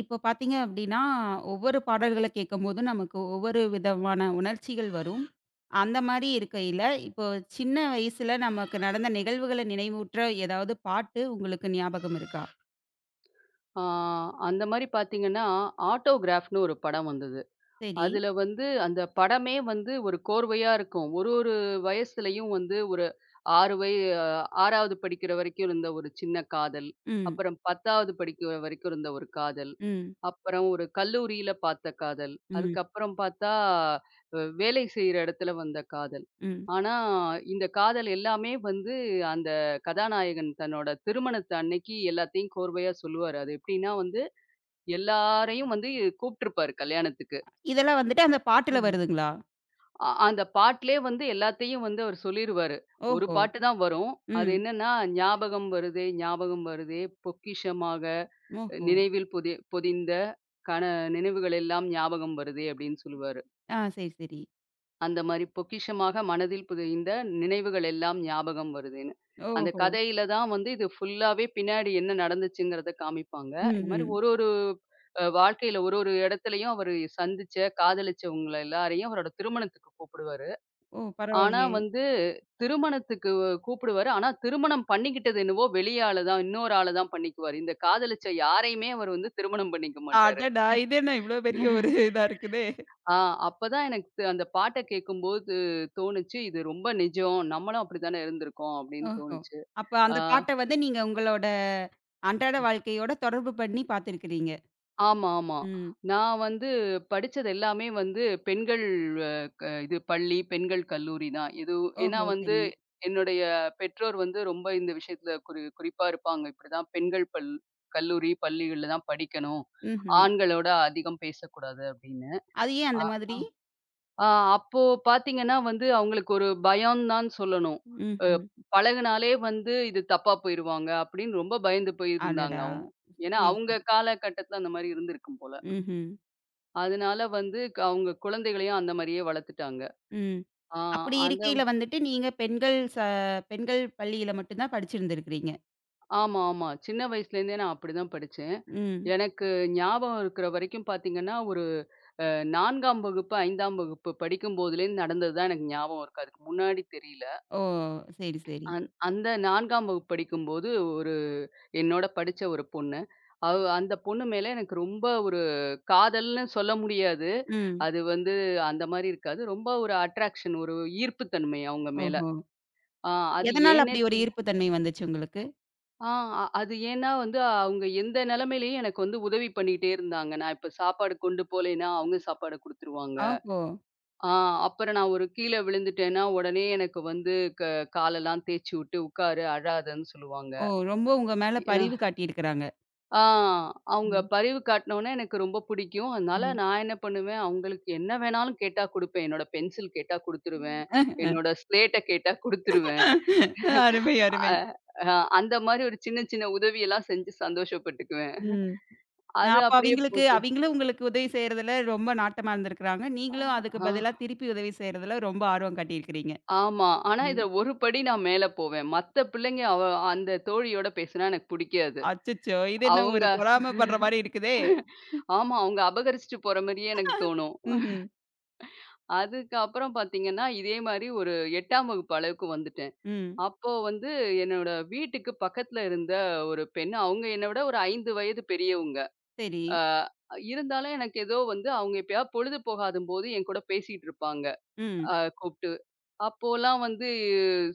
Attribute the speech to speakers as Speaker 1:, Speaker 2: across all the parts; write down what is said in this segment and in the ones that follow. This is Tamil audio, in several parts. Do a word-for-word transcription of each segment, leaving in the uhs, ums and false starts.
Speaker 1: இப்போ பார்த்தீங்க அப்படின்னா, ஒவ்வொரு பாடல்கள கேட்கும்போதும் நமக்கு ஒவ்வொரு விதமான உணர்ச்சிகள் வரும். அந்த மாரி இருக்கையில, இப்போ சின்ன வயசுல நமக்கு நடந்த நிகழ்வுகள நினைவூட்டுற ஏதாவது பாட்டு உங்களுக்கு ஞாபகம் இருக்கா?
Speaker 2: ஆ அந்த மாரி பார்த்தீங்கன்னா, ஆட்டோகிராஃப்னு ஒரு படம் வந்தது.
Speaker 1: சரி.
Speaker 2: அதுல வந்து அந்த படமே வந்து ஒரு கோர்வையா இருக்கும். ஒரு ஒரு வயசுலயும் வந்து ஒரு ஆறு வய ஆறாவது படிக்கிற வரைக்கும் இருந்த ஒரு சின்ன காதல்.
Speaker 1: ம்.
Speaker 2: அப்புறம் பத்தாவது படிக்கிற வரைக்கும் இருந்த ஒரு காதல்.
Speaker 1: ம்.
Speaker 2: அப்புறம் ஒரு கல்லூரியில பார்த்த காதல்.
Speaker 1: ம்.
Speaker 2: அதுக்கப்புறம் பார்த்தா, அ வேலை செய்ற இடத்துல வந்த காதல்.
Speaker 1: ம்.
Speaker 2: ஆனா, இந்த காதல் எல்லாமே வந்து அந்த கதாநாயகன் தன்னோட திருமணத்து அன்னைக்கு எல்லாத்தையும் கோர்வையா சொல்லுவாரு. அது எப்படின்னா வந்து எல்லாரையும் வந்து கூப்ட்டுருப்பாரு கல்யாணத்துக்கு.
Speaker 1: இதெல்லாம் வந்துட்டு அந்த பாட்டுல வருதுங்களா?
Speaker 2: அ அந்த பாட்டுலே வந்து எல்லாத்தையும் வந்து அவர் சொல்லிருவாரு. ஒரு
Speaker 1: ஓஹோ!
Speaker 2: பாட்டு தான் வரும். அது
Speaker 1: ம்.
Speaker 2: என்னன்னா, ஞாபகம் வருதே ஞாபகம் வருதே பொக்கிஷமாக
Speaker 1: ஓஹோ!
Speaker 2: நினைவில் பொதி பொதிந்த கன நினைவுகள் எல்லாம் ஞாபகம் வருதே அப்டின்னு சொல்லுவாரு.
Speaker 1: ஆ சரி, சரி.
Speaker 2: அந்த மாரி பொக்கிஷமாக மனதில் புதைந்த நினைவுகள் எல்லாம் ஞாபகம் வருதுன்னு. அந்த
Speaker 1: ஓஹோ!
Speaker 2: கதையில தான் வந்து இது ஃபுல்லாவே பின்னாடி என்ன நடந்துச்சுங்கிறத காமிப்பாங்க.
Speaker 1: ம்.
Speaker 2: இந்த மாரி
Speaker 1: ம்.
Speaker 2: ஒரு ஒரு அ வாழ்க்கையில ஒரு ஒரு இடத்துலயும் அவரு சந்திச்ச, காதலிச்சவங்கள எல்லாரையும் அவரோட திருமணத்துக்கு கூப்பிடுவாரு.
Speaker 1: ஓ!
Speaker 2: ஆனா
Speaker 1: பரவாயில்லையே!
Speaker 2: வந்து திருமணத்துக்கு கூப்பிடுவாரு. ஆனா திருமணம் பண்ணிக்கிட்டது என்னவோ வெளிய ஆளு தான். இன்னொரு ஆளு தான் பண்ணிக்குவாரு. இந்த காதலிச்ச யாரையுமே அவர் வந்து திருமணம் பண்ணிக்க மாட்டாரு.
Speaker 1: அடடா! இது என்ன இவ்வளோ பெரிய ஒரு இதா இருக்குதே!
Speaker 2: ஆ அப்பதான் எனக்கு து- அந்த பாட்ட கேட்கும்போது தோணுச்சு, இது ரொம்ப நிஜம். நம்மளும் அப்படித்தானே இருந்திருக்கோம் அப்படின்னு
Speaker 1: ஓஹோ!
Speaker 2: தோணுச்சு.
Speaker 1: அப்ப
Speaker 2: ஆ.
Speaker 1: அந்த பாட்ட வந்து நீங்க உங்களோட அன்றாட வாழ்க்கையோட தொடர்பு பண்ணி பார்த்திருக்கிறீங்க.
Speaker 2: ஆமா, ஆமா.
Speaker 1: ம்.
Speaker 2: நான் வந்து படிச்சது எல்லாமே வந்து பெண்கள் அ க இது பள்ளி, பெண்கள் கல்லூரி தான். இது ஏன்னா
Speaker 1: ஓஹோ!
Speaker 2: வந்து
Speaker 1: சரி.
Speaker 2: என்னுடைய பெற்றோர் வந்து ரொம்ப இந்த விஷயத்துல குறி குறிப்பா இருப்பாங்க. இப்படிதான் பெண்கள் பல் கல்லூரி, பள்ளிகள்ல தான் படிக்கணும்.
Speaker 1: ம்ஹ்ம்.
Speaker 2: ஆண்களோட அதிகம் பேசக்கூடாது அப்படின்னு.
Speaker 1: அது ஏன்
Speaker 2: அ
Speaker 1: அந்த
Speaker 2: அ
Speaker 1: மாதிரி?
Speaker 2: அப்போ பார்த்தீங்கன்னா வந்து அவங்களுக்கு ஒரு பயம் தான் சொல்லணும். அ
Speaker 1: ம்ஹ்ம்.
Speaker 2: பழகுனாலே வந்து இது தப்பா போயிருவாங்க அப்படின்னு ரொம்ப பயந்து போயிருந்தாங்க
Speaker 1: அடடா!
Speaker 2: அவங்க. ஏன்னா
Speaker 1: சரி,
Speaker 2: அவங்க
Speaker 1: சரி.
Speaker 2: காலகட்டத்துல அந்த மாரி இருந்திருக்கும் போல.
Speaker 1: ம்ஹ்ம்.
Speaker 2: அதனால வந்து க அவங்க குழந்தைகளையும் அந்த மாரியே வளர்த்துட்டாங்க.
Speaker 1: ம்.
Speaker 2: ஆ
Speaker 1: அப்படி
Speaker 2: அந்த
Speaker 1: இருக்கையில வந்துட்டு நீங்க பெண்கள் ச பெண்கள் பள்ளியில மட்டும் தான் படிச்சிருந்திருக்கிறீங்க.
Speaker 2: ஆமா, ஆமா. சின்ன வயசுலேருந்தே நான் அப்படிதான் படிச்சேன்.
Speaker 1: ம்.
Speaker 2: எனக்கு ஞாபகம் இருக்கிற வரைக்கும் பார்த்தீங்கன்னா, ஒரு அ நான்காம் வகுப்பு, ஐந்தாம் வகுப்பு படிக்கும்போதுலேருந்து நடந்தது தான் எனக்கு ஞாபகம் இருக்கு. அதுக்கு முன்னாடி தெரியல.
Speaker 1: ஓ! சரி, சரி.
Speaker 2: அந் அந்த நான்காம் வகுப்பு படிக்கும்போது ஒரு என்னோட படிச்ச ஒரு பொண்ணு. அவ அந்த பொண்ணு மேல எனக்கு ரொம்ப ஒரு காதல்ன்னு சொல்ல முடியாது.
Speaker 1: ம்.
Speaker 2: அது வந்து அந்த மாரி இருக்காது. ரொம்ப ஒரு அட்ராக்ஷன், ஒரு ஈர்ப்பு தன்மை அவங்க மேல.
Speaker 1: ஓஹோ!
Speaker 2: ஆ அது
Speaker 1: எதனால
Speaker 2: ஏன்னே
Speaker 1: அப்படி ஒரு
Speaker 2: தெரி
Speaker 1: ஈர்ப்பு தன்மை வந்துச்சு உங்களுக்கு?
Speaker 2: ஆ அ- அது ஏன்னா வந்து அவங்க எந்த நிலைமையிலயும் எனக்கு வந்து உதவி பண்ணிட்டே இருந்தாங்க. நான் இப்ப சாப்பாடு கொண்டு போலேன்னா, அவங்க சாப்பாடு குடுத்துருவாங்க.
Speaker 1: ஓஹோ!
Speaker 2: ஆ அப்புறம் நான் ஒரு கீழ விழுந்துட்டேன்னா, உடனே எனக்கு வந்து க காலெல்லாம் தேய்ச்சு விட்டு, "உட்காரு, அழாதன்னு" சொல்லுவாங்க.
Speaker 1: ஓ! ரொம்ப உங்க மேல பரிவு
Speaker 2: ய
Speaker 1: காட்டியிருக்கிறாங்க.
Speaker 2: ஆ அவங்க
Speaker 1: ம்.
Speaker 2: பரிவு காட்டுனோனே எனக்கு ரொம்ப பிடிக்கும். அதனால நான் என்ன பண்ணுவேன், அவங்களுக்கு என்ன வேணாலும் கேட்டா குடுப்பேன். என்னோட பென்சில் கேட்டா குடுத்துருவேன்.
Speaker 1: ம்.
Speaker 2: என்னோட ஸ்லேட்ட கேட்டா குடுத்துருவேன்.
Speaker 1: அருமை,
Speaker 2: அ
Speaker 1: அருமை.
Speaker 2: அ அந்த மாரி ஒரு சின்ன சின்ன உதவியெல்லாம் செஞ்சு சந்தோஷப்பட்டுக்குவேன்.
Speaker 1: ம். அ
Speaker 2: அது
Speaker 1: அப்ப
Speaker 2: அப்படியே
Speaker 1: அவிங்களுக்கு
Speaker 2: போச்சு.
Speaker 1: அவிங்களும் உங்களுக்கு உதவி செய்றதுல ரொம்ப நாட்டமா இருந்திருக்கிறாங்க.
Speaker 2: ஆ,
Speaker 1: நீங்களும் அதுக்கு
Speaker 2: ஆ,
Speaker 1: பதிலா திருப்பி உதவி செய்றதுல ரொம்ப ஆர்வம் காட்டியிருக்கிறீங்க.
Speaker 2: ஆமா. ஆனா இத
Speaker 1: ம்.
Speaker 2: ஒரு படி நான் மேல போவேன். மத்த பிள்ளைங்க அவ அந்த தோழியோட பேசுனா எனக்கு புடிக்காது.
Speaker 1: அச்சச்சோ! இது என்ன
Speaker 2: அவங்க
Speaker 1: ஒரு பொறாமப்படுற மாரி இருக்குதே!
Speaker 2: ஆமா. அவங்க அபகரிச்சுட்டு போற மாரியே எனக்கு தோணும்.
Speaker 1: ம்ஹ்ம்.
Speaker 2: அதுக்கப்புறம் பார்த்தீங்கன்னா, இதே மாரி ஒரு எட்டாம் வகுப்பு அளவுக்கு வந்துட்டேன்.
Speaker 1: ம்.
Speaker 2: அப்போ வந்து என்னோட வீட்டுக்கு பக்கத்துல இருந்த ஒரு பெண், அவங்க என்ன விட ஒரு ஐந்து வயது பெரியவங்க.
Speaker 1: சரி.
Speaker 2: ஆ இருந்தாலும் எனக்கு ஏதோ வந்து அவங்க எப்பயாவது பொழுது போகாதும்போது என்கூட பேசிட்டு இருப்பாங்க.
Speaker 1: ம்.
Speaker 2: அ கூப்ட்டு அப்போலாம் வந்து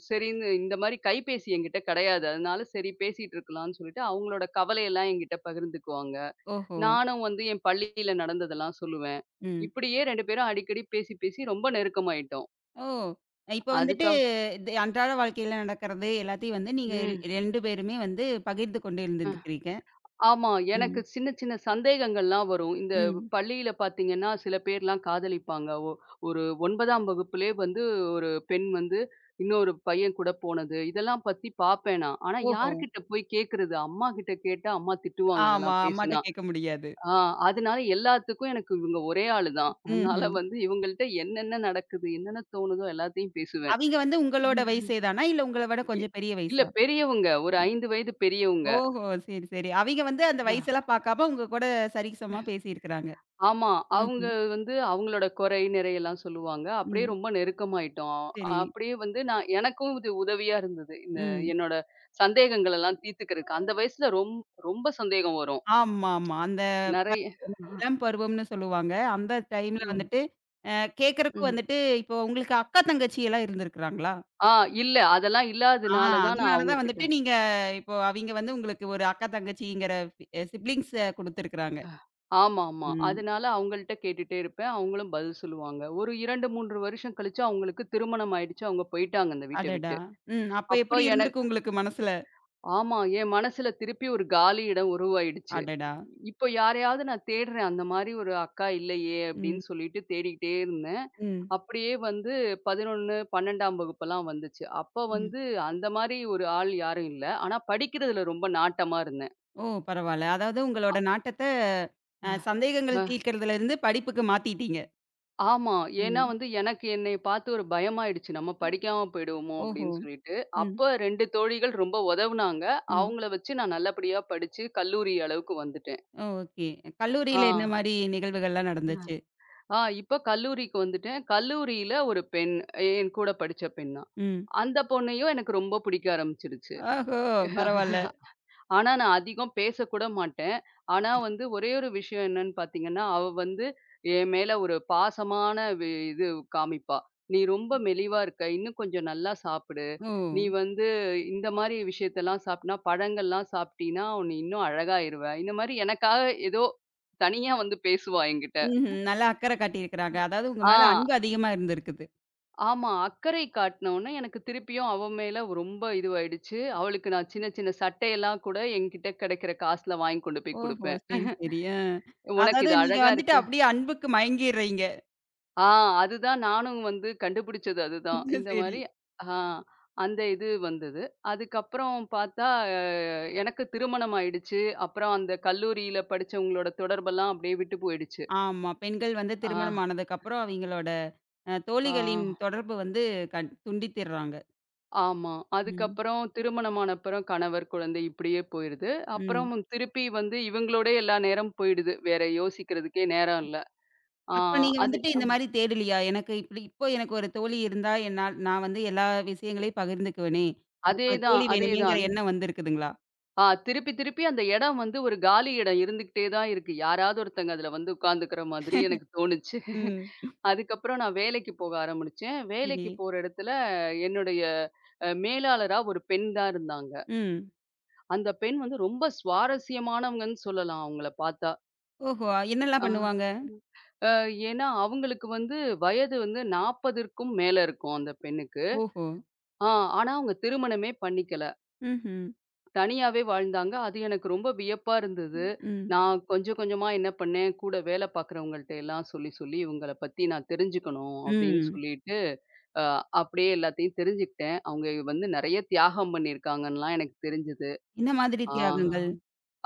Speaker 2: சரின்னு இந்த மாரி கைபேசி என்கிட்ட கிடையாது. அதனால சரி பேசிட்டு இருக்கலாம்ன்னு சொல்லிட்டு, அவங்களோட கவலையெல்லாம் என்கிட்ட பகிர்ந்துக்குவாங்க.
Speaker 1: ஓஹோ!
Speaker 2: நானும் வந்து என் பள்ளியில நடந்ததெல்லாம் சொல்லுவேன்.
Speaker 1: ம்.
Speaker 2: இப்படியே ரெண்டு பேரும் அடிக்கடி பேசி, பேசி ரொம்ப நெருக்கமாயிட்டோம்.
Speaker 1: ஓ! இப்ப வந்துட்டு
Speaker 2: அதுக்கப்
Speaker 1: இது அன்றாட வாழ்க்கையில நடக்கிறது எல்லாத்தையும் வந்து நீங்க
Speaker 2: ம்.
Speaker 1: ரெண்டு பேருமே வந்து பகிர்ந்து கொண்டு இருந்திருக்கிறீங்க.
Speaker 2: ஆமா. எனக்கு
Speaker 1: ம்.
Speaker 2: சின்ன சின்ன சந்தேகங்கள்லாம் வரும். இந்த
Speaker 1: ம்.
Speaker 2: பள்ளியில பார்த்தீங்கன்னா, சில பேர்லாம் காதலிப்பாங்க. ஒ ஒரு ஒன்பதாம் வகுப்பிலே வந்து ஒரு பெண் வந்து இன்னொரு பையன் கூட போனது. இதெல்லாம் பத்தி பார்ப்பேன் நான். ஆனா
Speaker 1: ஓஹோ!
Speaker 2: யார்கிட்ட போய் கேட்கறது? அம்மாகிட்ட கேட்டா அம்மா திட்டுவாங்க
Speaker 1: ஆமா.
Speaker 2: இதெல்லாம்
Speaker 1: அம்மாட்ட
Speaker 2: பேசுனா.
Speaker 1: கேட்க முடியாது.
Speaker 2: ஆ அதனால எல்லாத்துக்கும் எனக்கு இவங்க ஒரே ஆளு தான். அதனால
Speaker 1: ம்ஹ்ம்.
Speaker 2: வந்து இவங்கள்ட்ட என்னென்ன நடக்குது, என்னென்ன தோணுதோ எல்லாத்தையும் பேசுவேன்.
Speaker 1: அவிங்க வந்து உங்களோட வயசே தானா? இல்ல உங்கள விட
Speaker 2: எ
Speaker 1: கொஞ்சம் பெரிய
Speaker 2: இல்ல
Speaker 1: வயசா?
Speaker 2: பெரியவங்க. ஒரு ஐந்து வயது பெரியவங்க.
Speaker 1: ஓஹோ! சரி, சரி. அவிங்க வந்து அந்த வயசெல்லாம் பார்க்காம உங்க கூட சரிசமமா பேசியிருக்கிறாங்க.
Speaker 2: ஆமா. அவங்க
Speaker 1: ம்ஹ்ம்.
Speaker 2: வந்து அவங்களோட குறை, நிறையெல்லாம் சொல்லுவாங்க. அப்படியே
Speaker 1: ம்.
Speaker 2: ரொம்ப நெருக்கமாயிட்டோம்.
Speaker 1: சரி.
Speaker 2: அப்படியே வந்து நான் எனக்கும் இது உதவியா இருந்தது. இந்த
Speaker 1: ம்.
Speaker 2: என்னோட சந்தேகங்கள் எல்லாம் தீர்த்துக்கிறதுக்கு. அந்த வயசுல ரொம் ரொம்ப சந்தேகம் வரும்.
Speaker 1: ஆமாமா. அந்த ப
Speaker 2: நெறைய
Speaker 1: இளம் பருவம்னு சொல்லுவாங்க. அந்த டைம்ல
Speaker 2: ம்,
Speaker 1: வந்துட்டு அ கேட்கறக்கும்
Speaker 2: ம்.
Speaker 1: வந்துட்டு இப்போ உங்களுக்கு அக்கா, தங்கச்சி எல்லாம் இருந்திருக்கிறாங்களா?
Speaker 2: ஆ இல்ல. அதெல்லாம்
Speaker 1: ஆ
Speaker 2: இல்லாதனால தான் நான்
Speaker 1: அதனால
Speaker 2: அவங்க
Speaker 1: தான்
Speaker 2: கிட்ட
Speaker 1: வந்துட்டு நீங்க இப்போ அவிங்க வந்து உங்களுக்கு ஒரு அக்கா, தங்கச்சிங்கிற அ சிப்லிங்ஸ குடுத்துருக்காங்க.
Speaker 2: ஆமாமா.
Speaker 1: ம்.
Speaker 2: அதனால அவங்கள்ட்ட கேட்டுட்டே இருப்பேன். அவங்களும் பதில் சொல்லுவாங்க. ஒரு இரண்டு, மூன்று வருஷம் கழிச்சு அவங்களுக்கு திருமணம் ஆயிடுச்சு. அவங்க போயிட்டாங்க அந்த வீட்ட
Speaker 1: அடடா!
Speaker 2: விட்டு.
Speaker 1: ம். அப்ப
Speaker 2: அப்ப
Speaker 1: எப்படி இருந்திருக்கு உங்களுக்கு மனசுல?
Speaker 2: ஆமா. என் மனசுல திருப்பி ஒரு காலி இடம் உருவாயிடுச்சு.
Speaker 1: அடடா!
Speaker 2: இப்போ யாரையாவது நான் தேடுறேன். அந்த மாரி ஒரு அக்கா இல்லையே! அப்படின்னு
Speaker 1: ம்.
Speaker 2: சொல்லிட்டு தேடிக்கிட்டே இருந்தேன்.
Speaker 1: ம்.
Speaker 2: அப்படியே வந்து பதினொன்று, பன்னிரெண்டாம் வகுப்பெல்லாம் வந்துச்சு. அப்ப
Speaker 1: ம்.
Speaker 2: வந்து அந்த மாரி ஒரு ஆள் யாரும் இல்ல. ஆனா படிக்கிறதுல ரொம்ப நாட்டமா இருந்தேன்.
Speaker 1: ஓ! பரவால்ல. அதாவது
Speaker 2: அ
Speaker 1: உங்களோட நாட்டத்த அ சந்தேகங்கள்
Speaker 2: அ
Speaker 1: தீர்க்கிறதுலருந்து படிப்புக்கு மாத்திட்டீங்க.
Speaker 2: ஆமா. ஏன்னா
Speaker 1: ம்.
Speaker 2: வந்து எனக்கு என்னைய பார்த்து ஒரு பயமாயிடுச்சு. நம்ம படிக்காம போயிடுவோமோ!
Speaker 1: ஓஹோ!
Speaker 2: அப்படின்னு சொல்லிட்டு.
Speaker 1: ம்.
Speaker 2: அப்ப ரெண்டு தோழிகள் ரொம்ப உதவுனாங்க.
Speaker 1: ம்.
Speaker 2: அவங்கள வச்சு நான் நல்லபடியா படிச்சு கல்லூரி அளவுக்கு வந்துட்டேன்.
Speaker 1: Oh okay.
Speaker 2: ஆ.
Speaker 1: கல்லூரியில என்ன மாரி நிகழ்வுகள்லாம் நடந்துச்சு?
Speaker 2: ஆ இப்ப கல்லூரிக்கு வந்துட்டேன். கல்லூரியில ஒரு பெண், என் கூட படிச்ச பெண் தான்.
Speaker 1: ம்.
Speaker 2: அந்த பொண்ணையும் எனக்கு ரொம்ப பிடிக்க ஆரம்பிச்சிருச்சு.
Speaker 1: ஓஹோ! பரவால்ல.
Speaker 2: ஆனா நான் அதிகம் பேசக்கூட மாட்டேன். ஆனா வந்து ஒரே ஒரு விஷயம் என்னன்னு பார்த்தீங்கன்னா, அவ வந்து என் மேல ஒரு பாசமான வி இது காமிப்பா. "நீ ரொம்ப மெலிவா இருக்க. இன்னும் கொஞ்சம் நல்லா சாப்பிடு.
Speaker 1: ஓ!
Speaker 2: நீ வந்து இந்த மாரி விஷயத்தெல்லாம் சாப்பிட்டனா, பழங்கள்லாம் சாப்பிட்டீன்னா, நீ இன்னும் அழகாயிருவ." இந்த மாரி எனக்காக ஏதோ தனியா வந்து பேசுவா என்கிட்ட.
Speaker 1: ம்ஹ்ம். நல்லா அக்கறை காட்டியிருக்கிறாங்க. அதாவது உங்க மேல
Speaker 2: ஆ.
Speaker 1: அன்பு அதிகமா இருந்திருக்குது.
Speaker 2: ஆமா. அக்கறை காட்டின உடனே எனக்கு திருப்பியும் அவ மேல ரொம்ப இதுவாயிடுச்சு. அவளுக்கு நான் சின்ன சின்ன சட்டையெல்லாம் கூட என்கிட்ட கிடைக்கிற காசுல வாங்கி கொண்டு போய்
Speaker 1: ஓஹோ!
Speaker 2: குடுப்பேன்.
Speaker 1: சரி, சரி. அ.
Speaker 2: "உனக்கு
Speaker 1: அதாவது
Speaker 2: இது
Speaker 1: நீங்க
Speaker 2: அழகா
Speaker 1: வந்துட்டு
Speaker 2: இருக்கு."
Speaker 1: அப்படியே அன்புக்கு மயங்கிர்றீங்க.
Speaker 2: ஆ அதுதான் நானும் வந்து கண்டுபிடிச்சது அதுதான். இந்த
Speaker 1: சரி.
Speaker 2: மாரி ஆ அந்த இது வந்தது. அதுக்கப்புறம் பார்த்தா அ எனக்கு திருமணம் ஆயிடுச்சு. அப்புறம் அந்த கல்லூரியில படிச்சவங்களோட தொடர்பெல்லாம் அப்படியே விட்டு போயிடுச்சு.
Speaker 1: ஆமா. பெண்கள் வந்து
Speaker 2: ஆ,
Speaker 1: திருமணம் ஆனதுக்கப்புறம் அவிங்களோட அ
Speaker 2: ஆ.
Speaker 1: தோழிகளின் தொடர்பு வந்து கண் துண்டித்திர்றாங்க.
Speaker 2: ஆமா.
Speaker 1: ம்,
Speaker 2: அதுக்கப்புறம் திருமணமான அப்புறம் கணவர், குழந்தை இப்படியே போயிருது.
Speaker 1: ம்.
Speaker 2: அப்புறம் திருப்பி வந்து இவங்களோடயே எல்லா நேரம் போயிடுது. வேற யோசிக்கிறதுக்கே நேரம் இல்ல. ஆ
Speaker 1: அப்ப நீங்க
Speaker 2: அது
Speaker 1: வந்துட்டு இந்த மாரி தேடலியா? எனக்கு இப்படி இப்போ எனக்கு ஒரு தோழி இருந்தா என்னால் நான் வந்து எல்லா விஷயங்களையும் பகிர்ந்துக்குவனே! எனக்கு ஒரு
Speaker 2: அதேதான்,
Speaker 1: தோழி வேணுமேங்கிற
Speaker 2: அதேதான்.
Speaker 1: எண்ணம் வந்திருக்குதுங்களா?
Speaker 2: ஆ திருப்பி திருப்பி அந்த இடம் வந்து ஒரு காலி இடம் இருந்துகிட்டே தான் இருக்கு. யாராவது ஒருத்தங்க அதுல வந்து உட்காந்துக்கிற மாதிரி எனக்கு தோணுச்சு.
Speaker 1: ம்.
Speaker 2: அதுக்கப்புறம் நான் வேலைக்கு போக ஆரம்பிச்சேன்.
Speaker 1: சரி.
Speaker 2: வேலைக்கு போற இடத்துல என்னுடைய அ மேலாளரா ஒரு பெண் தான் இருந்தாங்க.
Speaker 1: ம்.
Speaker 2: அந்த பெண் வந்து ரொம்ப சுவாரஸ்யமானவங்கன்னு சொல்லலாம் அவங்கள பார்த்தா.
Speaker 1: ஓஹோ! என்னலாம்
Speaker 2: ஆ.
Speaker 1: பண்ணுவாங்க?
Speaker 2: ம். அ ஏன்னா, அவங்களுக்கு வந்து வயது வந்து நாற்பதுக்கும் மேல இருக்கும் அந்த பெண்ணுக்கு.
Speaker 1: ஓஹோ!
Speaker 2: ஆ ஆனா அவங்க திருமணமே பண்ணிக்கல.
Speaker 1: ம்ஹ்ம்.
Speaker 2: தனியாவே வாழ்ந்தாங்க. அது எனக்கு ரொம்ப வியப்பா இருந்தது.
Speaker 1: ம்,
Speaker 2: நான் கொஞ்சம் கொஞ்சமா என்ன பண்ணேன், கூட வேலை பார்க்குறவங்கள்ட்ட எல்லாம் சொல்லி சொல்லி இவங்கள பத்தி நான் தெரிஞ்சுக்கணும் அப்படின்னு
Speaker 1: ம்.
Speaker 2: சொல்லிட்டு, அ அப்படியே எல்லாத்தையும் தெரிஞ்சுக்கிட்டேன். அவங்க வந்து நெறைய தியாகம் பண்ணியிருக்காங்கன்னுலாம் எனக்கு தெரிஞ்சது.
Speaker 1: என்ன மாதிரி
Speaker 2: ஆ
Speaker 1: தியாகங்கள்?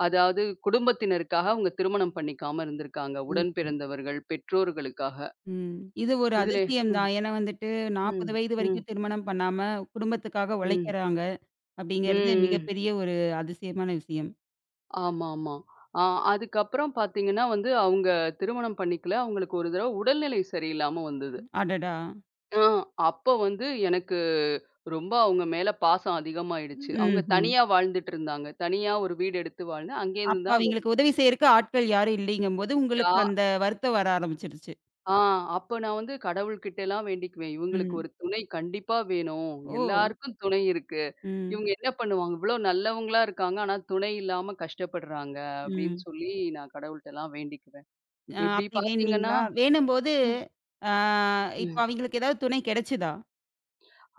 Speaker 2: அதாவது குடும்பத்தினருக்காக அவங்க திருமணம் பண்ணிக்காம இருந்திருக்காங்க. உடன்
Speaker 1: ஓஹோ!
Speaker 2: பிறந்தவர்கள், பெற்றோர்களுக்காக.
Speaker 1: ம். இது ஒரு
Speaker 2: இதுலே
Speaker 1: அதிசயம்
Speaker 2: ம்,
Speaker 1: தான். ஏன்னா வந்துட்டு நாற்பது
Speaker 2: ம்,
Speaker 1: வயது
Speaker 2: ம்,
Speaker 1: வரைக்கும் திருமணம் பண்ணாம குடும்பத்துக்காக
Speaker 2: ம்,
Speaker 1: உழைக்கிறாங்க. அப்படிங்கிறது
Speaker 2: ம்.
Speaker 1: மிகப்பெரிய ஒரு அதிசயமான விஷயம்.
Speaker 2: ஆமாமா. ஆ அதுக்கப்புறம் பார்த்தீங்கன்னா வந்து, அவங்க திருமணம் பண்ணிக்கல. அவங்களுக்கு ஒரு தடவ உடல்நிலை சரியில்லாம வந்தது.
Speaker 1: அடடா!
Speaker 2: ஆ அப்ப வந்து எனக்கு ரொம்ப அவங்க மேல பாசம் அதிகமாயிடுச்சு. அவங்க
Speaker 1: ம்ஹ்ம்.
Speaker 2: தனியா வாழ்ந்துட்டுருந்தாங்க. தனியா ஒரு வீடு எடுத்து வாழ்ந்து, அங்கேருந்து
Speaker 1: அப்ப
Speaker 2: தான்
Speaker 1: அவைங்களுக்கு உதவி செய்யறக்கு ஆட்கள் யாரும் இல்லைங்கும்போது,
Speaker 2: யா
Speaker 1: உங்களுக்கு அந்த வருத்தம் வர ஆரம்பிச்சுருச்சு.
Speaker 2: ஆ அப்ப நான் வந்து கடவுள்கிட்டலாம் வேண்டிக்குவேன். இவங்களுக்கு
Speaker 1: ம்.
Speaker 2: ஒரு துணை கண்டிப்பா வேணும்.
Speaker 1: ஓ!
Speaker 2: எல்லாருக்கும் துணை இருக்கு.
Speaker 1: ம்.
Speaker 2: இவங்க என்ன பண்ணுவாங்க? இவ்ளோ நல்லவங்களா இருக்காங்க. ஆனா, துணை இல்லாம கஷ்டப்படுறாங்க அப்படின்னு
Speaker 1: ம்.
Speaker 2: சொல்லி நான் கடவுள்ட்டலாம் வேண்டிக்குவேன்.
Speaker 1: அ
Speaker 2: இப்படி
Speaker 1: அப்படி
Speaker 2: பார்த்தீங்கன்னா
Speaker 1: வேண்டுனீங்களா? வேண்டும்போது,
Speaker 2: ம்,
Speaker 1: ஆ இப்ப
Speaker 2: ம்.
Speaker 1: அவைங்களுக்கு ஏதாவது துணை கிடைச்சுதா?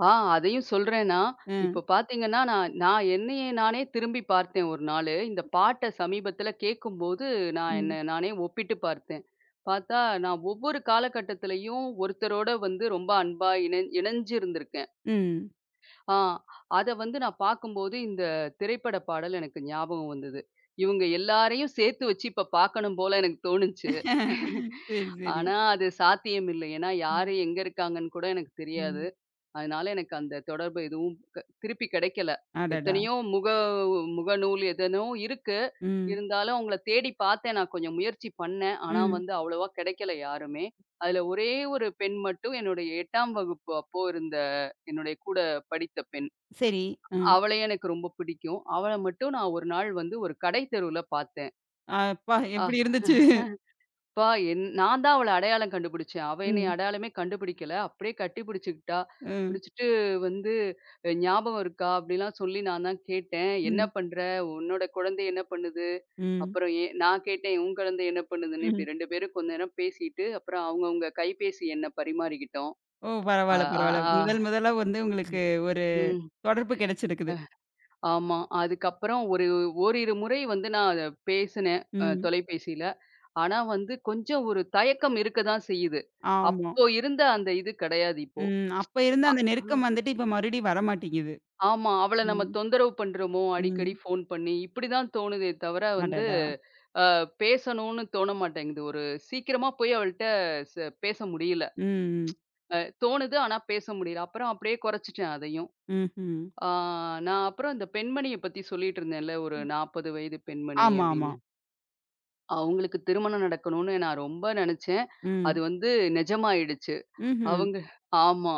Speaker 2: ஆ அதையும் சொல்றேன் நான்.
Speaker 1: ம்.
Speaker 2: இப்ப பார்த்தீங்கன்னா, நான் நான் என்னையே நானே திரும்பி பார்த்தேன் ஒரு நாளு. இந்த பாட்ட சமீபத்தில கேட்கும்போது, நான்
Speaker 1: ம்.
Speaker 2: என்ன நானே ஒப்பிட்டு பார்த்தேன். பார்த்தா, நான் ஒவ்வொரு காலகட்டத்திலயும் ஒருத்தரோட வந்து ரொம்ப அன்பா இணை இணைஞ்சு இருந்திருக்கேன்.
Speaker 1: ம்.
Speaker 2: ஆ. அத வந்து நான் பார்க்கும்போது, இந்த திரைப்பட பாடல் எனக்கு ஞாபகம் வந்தது. இவங்க எல்லாரையும் சேர்த்து வச்சு இப்ப பார்க்கணும் போல எனக்கு தோணுச்சு.
Speaker 1: சரி, சரி.
Speaker 2: ஆனா, அது சாத்தியம் இல்லை. ஏன்னா,
Speaker 1: ம்.
Speaker 2: யாரு எங்க இருக்காங்கன்னு கூட எனக்கு தெரியாது.
Speaker 1: ம்.
Speaker 2: அதனால எனக்கு அந்த தொடர்பு எதுவும் க திருப்பி கிடைக்கல.
Speaker 1: அடடா!
Speaker 2: எத்தனையோ முக முகநூல் எதனோ இருக்கு.
Speaker 1: ம்.
Speaker 2: இருந்தாலும் அவங்கள தேடி பார்த்தேன். நான் கொஞ்சம் முயற்சி பண்ணேன். ஆனா
Speaker 1: ம்.
Speaker 2: வந்து அவ்வளவா கிடைக்கல யாருமே. அதுல ஒரே ஒரு பெண் மட்டும் என்னுடைய எட்டாம் வகுப்பு அப்போ இருந்த என்னுடைய கூட படித்த பெண்.
Speaker 1: சரி. ம்.
Speaker 2: அவளையும் எனக்கு ரொம்ப பிடிக்கும். அவள மட்டும் நான் ஒரு நாள் வந்து ஒரு கடை தெருவுல பார்த்தேன்.
Speaker 1: அப்பா எப்படி இருந்துச்சு?
Speaker 2: அப்பா! என் நான் தான் அவள அடையாளம் கண்டுபிடிச்சேன். அவ என்னைய
Speaker 1: ம்.
Speaker 2: அடையாளமே கண்டுபிடிக்கல. அப்படியே கட்டி பிடிச்சுக்கிட்டா.
Speaker 1: ம்.
Speaker 2: பிடிச்சுட்டு வந்து "அஹ், "ஞாபகம் இருக்கா?" அப்படிலாம் சொல்லி நான் தான் கேட்டேன். "என்ன
Speaker 1: ம்.
Speaker 2: பண்ற? உன்னோட குழந்தை என்ன பண்ணுது?" அப்புறம் எ நான் கேட்டேன், "உன் குழந்தை என்ன பண்ணுதுன்னு?"
Speaker 1: ம்.
Speaker 2: இப்படி ரெண்டு பேரும் கொஞ்ச நேரம் பேசிட்டு, அப்புறம் அவங்கவங்க கைபேசி எண்ண பரிமாறிக்கிட்டோம்.
Speaker 1: ஓ!
Speaker 2: அ,
Speaker 1: பரவால்ல,
Speaker 2: அ,
Speaker 1: பரவால்ல.
Speaker 2: ஆ.
Speaker 1: முதல் முதலா வந்து
Speaker 2: ம்.
Speaker 1: உங்களுக்கு ஒரு
Speaker 2: ம்.
Speaker 1: தொடர்பு கிடைச்சிருக்குது.
Speaker 2: ஆமா. அதுக்கப்புறம் ஒரு ஓரிரு முறை வந்து நான் அத பேசினேன் அ
Speaker 1: ம்.
Speaker 2: தொலைபேசியில. ஆனா வந்து கொஞ்சம் ஒரு தயக்கம் இருக்க தான் செய்யுது.
Speaker 1: ஆமா.
Speaker 2: அப்போ இருந்த அந்த இது கிடையாது இப்போ.
Speaker 1: ம். அப்ப இருந்த
Speaker 2: அ
Speaker 1: அந்த நெருக்கம் வந்துட்டு இப்ப மறுபடியும் வரமாட்டேங்குது.
Speaker 2: ஆ ஆமா. அவள நம்ம
Speaker 1: ம்.
Speaker 2: தொந்தரவு பண்றோமோ! அடிக்கடி
Speaker 1: ம்.
Speaker 2: ஃபோன் பண்ணி இப்படி தான் தோணுதே தவிர வந்து
Speaker 1: அடடா!
Speaker 2: அ பேசணும்னு தோண மாட்டேங்குது. ஒரு சீக்கிரமா போய் அவள்ட்ட ச பேச முடியல.
Speaker 1: ம். ம்.
Speaker 2: அ தோணுது ஆனா பேச முடியல. அப்புறம் அப்படியே குறைச்சுட்டேன் அதையும்.
Speaker 1: ம்ஹ்ம்.
Speaker 2: ஆ நான் அப்புறம் இந்த பெண்மணிய பத்தி சொல்லிட்டு இருந்தேன்ல, ஒரு நாற்பது வயது பெண்மணி
Speaker 1: ஆமா, ஆமா.
Speaker 2: அப்படின்னு. அவங்களுக்கு திருமணம் நடக்கணும்னு நான் ரொம்ப நெனச்சேன். அது
Speaker 1: ம்.
Speaker 2: வந்து நிஜமாயிடுச்சு.
Speaker 1: ம்ஹ்ம்.
Speaker 2: அவங்க ஆமா.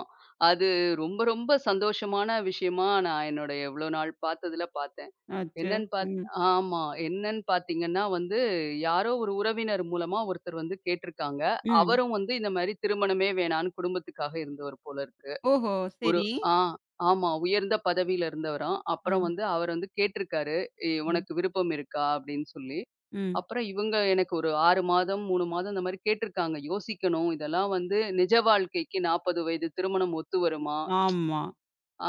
Speaker 2: அது ரொம்ப ரொம்ப சந்தோஷமான விஷயமா நான் என்னோடைய இவ்ளோ நாள் பார்த்ததுல பார்த்தேன்.
Speaker 1: அச்சோ!
Speaker 2: என்னன்னு பாத்
Speaker 1: ம்.
Speaker 2: ஆமா. என்னன்னு பார்த்தீங்கன்னா வந்து, யாரோ ஒரு உறவினர் மூலமா ஒருத்தர் வந்து கேட்டிருக்காங்க.
Speaker 1: ம்.
Speaker 2: அவரும் வந்து இந்த மாரி திருமணமே வேணான்னு குடும்பத்துக்காக இருந்தவர் போல இருக்கு.
Speaker 1: ஓஹோ!
Speaker 2: ஒரு
Speaker 1: சரி.
Speaker 2: ஆ ஆமா. உயர்ந்த பதவியில இருந்தவராம். அப்புறம்
Speaker 1: ம்.
Speaker 2: வந்து அவர் வந்து கேட்டிருக்காரு, "எ
Speaker 1: ம்.
Speaker 2: உனக்கு விருப்பம் இருக்கா?" அப்படின்னு சொல்லி.
Speaker 1: ம்.
Speaker 2: அப்புறம் இவங்க எனக்கு ஒரு ஆறு மாதம், மூணு மாதம் இந்த மாரி கேட்டிருக்காங்க. யோசிக்கணும். இதெல்லாம் வந்து நிஜ வாழ்க்கைக்கு நாற்பது வயது திருமணம் ஒத்து வருமா?
Speaker 1: ஆமா,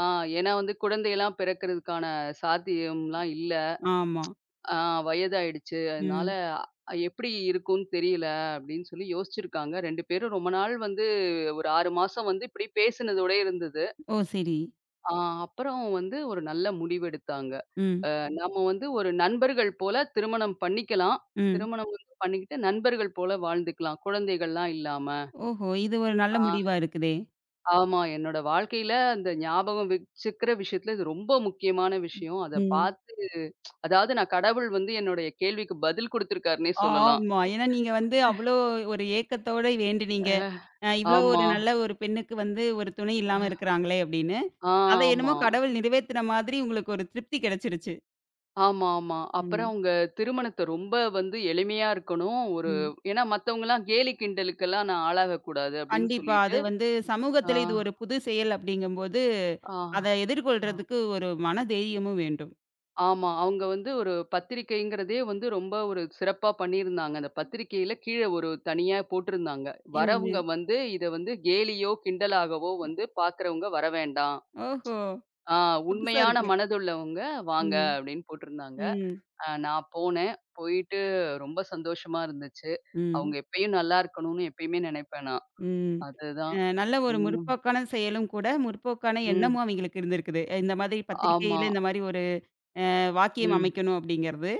Speaker 2: ஆ ஏன்னா வந்து குழந்தையெல்லாம் பிறக்கிறதுக்கான சாத்தியம்லாம் இல்ல.
Speaker 1: ஆமா.
Speaker 2: ஆ வயதாயிடுச்சு. அதனால
Speaker 1: ம்.
Speaker 2: அ, எப்படி இருக்கும்னு தெரியல அப்படின்னு சொல்லி யோசிச்சிருக்காங்க. ரெண்டு பேரும் ரொம்ப நாள் வந்து ஒரு ஆறு மாசம் வந்து இப்படி பேசினதோடயே இருந்தது.
Speaker 1: ஓ! சரி.
Speaker 2: ஆ அப்புறம் வந்து ஒரு நல்ல முடிவெடுத்தாங்க.
Speaker 1: ம்.
Speaker 2: அ நம்ம வந்து ஒரு நண்பர்கள் போல திருமணம் பண்ணிக்கலாம்.
Speaker 1: ம்.
Speaker 2: திருமணம் வந்து பண்ணிக்கிட்டு நண்பர்கள் போல வாழ்ந்துக்கலாம். குழந்தைகள்லாம் இல்லாம.
Speaker 1: ஓஹோ! இது ஒரு நல்ல
Speaker 2: ஆ
Speaker 1: முடிவா இருக்குதே!
Speaker 2: ஆமா. என்னோட வாழ்க்கையில அந்த ஞாபகம் வச்சுக்கிற விஷயத்துல இது ரொம்ப முக்கியமான விஷயம். அத
Speaker 1: ம்.
Speaker 2: பார்த்து அதாவது நான் கடவுள் வந்து என்னுடைய கேள்விக்கு பதில் குடுத்துருக்காருன்னே சொல்லலாம்.
Speaker 1: ஆமா. ஏன்னா நீங்க வந்து அவ்ளோ ஒரு ஏக்கத்தோட வேண்டினீங்க.
Speaker 2: அஹ்,
Speaker 1: அ இவ்ளோ ஒரு
Speaker 2: ஆமா.
Speaker 1: நல்ல ஒரு பெண்ணுக்கு வந்து ஒரு துணை இல்லாம இருக்கிறாங்களே அப்படின்னு.
Speaker 2: ஆ
Speaker 1: அத என்னமோ
Speaker 2: ஆமா.
Speaker 1: கடவுள் நிறைவேத்துன மாதிரி உங்களுக்கு ஒரு திருப்தி கிடைச்சிருச்சு.
Speaker 2: ஆமா, ஆமா. அப்புறம்
Speaker 1: ம்.
Speaker 2: அவங்க திருமணத்த ரொம்ப வந்து எளிமையா இருக்கணும். ஒரு
Speaker 1: ம்.
Speaker 2: ஏன்னா மத்தவங்கலாம் கேலி கிண்டலுக்கெல்லாம் நான் ஆளாகக்கூடாது அப்படின்னு
Speaker 1: கண்டிப்பா.
Speaker 2: சொல்லிட்டு,
Speaker 1: அது வந்து
Speaker 2: ஆ,
Speaker 1: சமூகத்தில இது ஒரு புது செயல் அப்படிங்கும்போது,
Speaker 2: ஆ,
Speaker 1: அத
Speaker 2: ஆ.
Speaker 1: எதிர்கொள்றதுக்கு ஒரு மன தைரியமும் வேண்டும்.
Speaker 2: ஆமா. அவங்க வந்து ஒரு பத்திரிக்கைங்கிறதே வந்து ரொம்ப ஒரு சிறப்பா பண்ணியிருந்தாங்க. அந்த பத்திரிக்கையில கீழ ஒரு தனியா போட்டிருந்தாங்க.
Speaker 1: என்னன்னு?
Speaker 2: வரவங்க வந்து இத வந்து கேலியோ, கிண்டலாகவோ வந்து பார்க்கிறவங்க வர வேண்டாம்.
Speaker 1: ஓஹோ!
Speaker 2: ஆ
Speaker 1: புதுசா
Speaker 2: உண்மையான
Speaker 1: இருக்கு.
Speaker 2: மனதுள்ளவங்க வாங்க
Speaker 1: ம்.
Speaker 2: அப்படின்னு போட்டிருந்தாங்க.
Speaker 1: ம்.
Speaker 2: அ நான் போனேன். போயிட்டு ரொம்ப சந்தோஷமா இருந்துச்சு.
Speaker 1: ம்.
Speaker 2: அவங்க எப்பயும் நல்லா இருக்கணும்னு எப்பயுமே நினைப்பேன் நான்.
Speaker 1: ம்.
Speaker 2: அதுதான்.
Speaker 1: அ நல்ல ஒரு
Speaker 2: ம்.
Speaker 1: முற்போக்கான செயலும் கூட, முற்போக்கான
Speaker 2: ம்.
Speaker 1: எண்ணமும் அவைங்களுக்கு இருந்திருக்குது. அஹ் இந்த மாதிரி
Speaker 2: ஆமா.
Speaker 1: பத்திரிக்கையில இந்த மாதிரி ஒரு வாக்கியம்
Speaker 2: ம்.
Speaker 1: அமைக்கணும் அப்படிங்கிறது.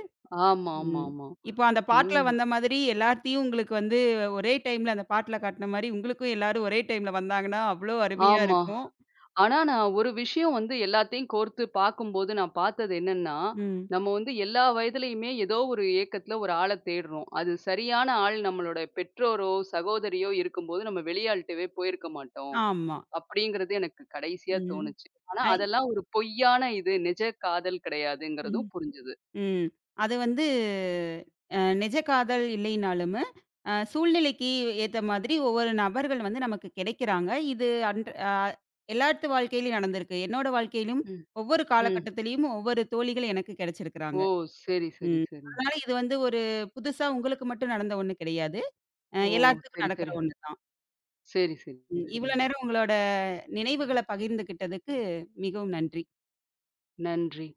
Speaker 2: ஆமா, ஆமா,
Speaker 1: ம்.
Speaker 2: ஆமா.
Speaker 1: இப்போ அந்த பாட்டுல
Speaker 2: ம்.
Speaker 1: வந்த மாதிரி எல்லாத்தையும் உங்களுக்கு வந்து ஒரே டைம்ல அந்த பாட்டுல காட்டுன மாரி உங்களுக்கும் எல்லாரும் ஒரே டைம்ல வந்தாங்கன்னா, அவ்ளோ அருமையா
Speaker 2: ஆமா.
Speaker 1: இருக்கும்.
Speaker 2: ஆனா நான் ஒரு விஷயம் வந்து எல்லாத்தையும் கோர்த்து பார்க்கும்போது நான் பார்த்தது என்னன்னா,
Speaker 1: ம்.
Speaker 2: நம்ம வந்து எல்லா வயதிலயுமே ஏதோ ஒரு ஏக்கத்துல ஒரு ஆள தேடுறோம். அது சரியான ஆள் நம்மளோட பெற்றோரோ, சகோதரியோ இருக்கும்போது நம்ம வெளியாள்ட்டவே போயிருக்க மாட்டோம்.
Speaker 1: ஆமா.
Speaker 2: அப்படிங்கிறது எனக்கு கடைசியா
Speaker 1: ம்.
Speaker 2: தோணுச்சு. ஆனா
Speaker 1: ஐ
Speaker 2: அதெல்லாம் ஒரு பொய்யான இது, நிஜ காதல்
Speaker 1: ம்.
Speaker 2: கிடையாதுங்கிறதும் புரிஞ்சது.
Speaker 1: ம். அது வந்து அ நிஜ காதல் இல்லைனாலுமு, அ சூழ்நிலைக்கு ஏத்த மாதிரி ஒவ்வொரு நபர்கள் வந்து நமக்கு கிடைக்கிறாங்க. இது அன்ற அ எல்லாத்து வாழ்க்கையிலயும் நடந்திருக்கு. என்னோட வாழ்க்கையிலும்
Speaker 2: ம்,
Speaker 1: ஒவ்வொரு
Speaker 2: ம்.
Speaker 1: காலகட்டத்திலயும் ஒவ்வொரு தோழிகள் எனக்கு கிடைச்சிருக்கிறாங்க.
Speaker 2: ஓ! சரி, சரி,
Speaker 1: ம்.
Speaker 2: சரி.
Speaker 1: அதனால இது வந்து ஒரு புதுசா உங்களுக்கு மட்டும் நடந்த ஒண்ணு கிடையாது. அ
Speaker 2: ஓ!
Speaker 1: எல்லாத்துக்கும்
Speaker 2: சரி,
Speaker 1: நடக்கிற
Speaker 2: சரி.
Speaker 1: ஒண்ணு தான்.
Speaker 2: சரி, சரி,
Speaker 1: ம்.
Speaker 2: சரி.
Speaker 1: இவ்வளோ நேரம் உங்களோட நினைவுகள பகிர்ந்துகிட்டதுக்கு மிகவும் நன்றி.
Speaker 2: நன்றி.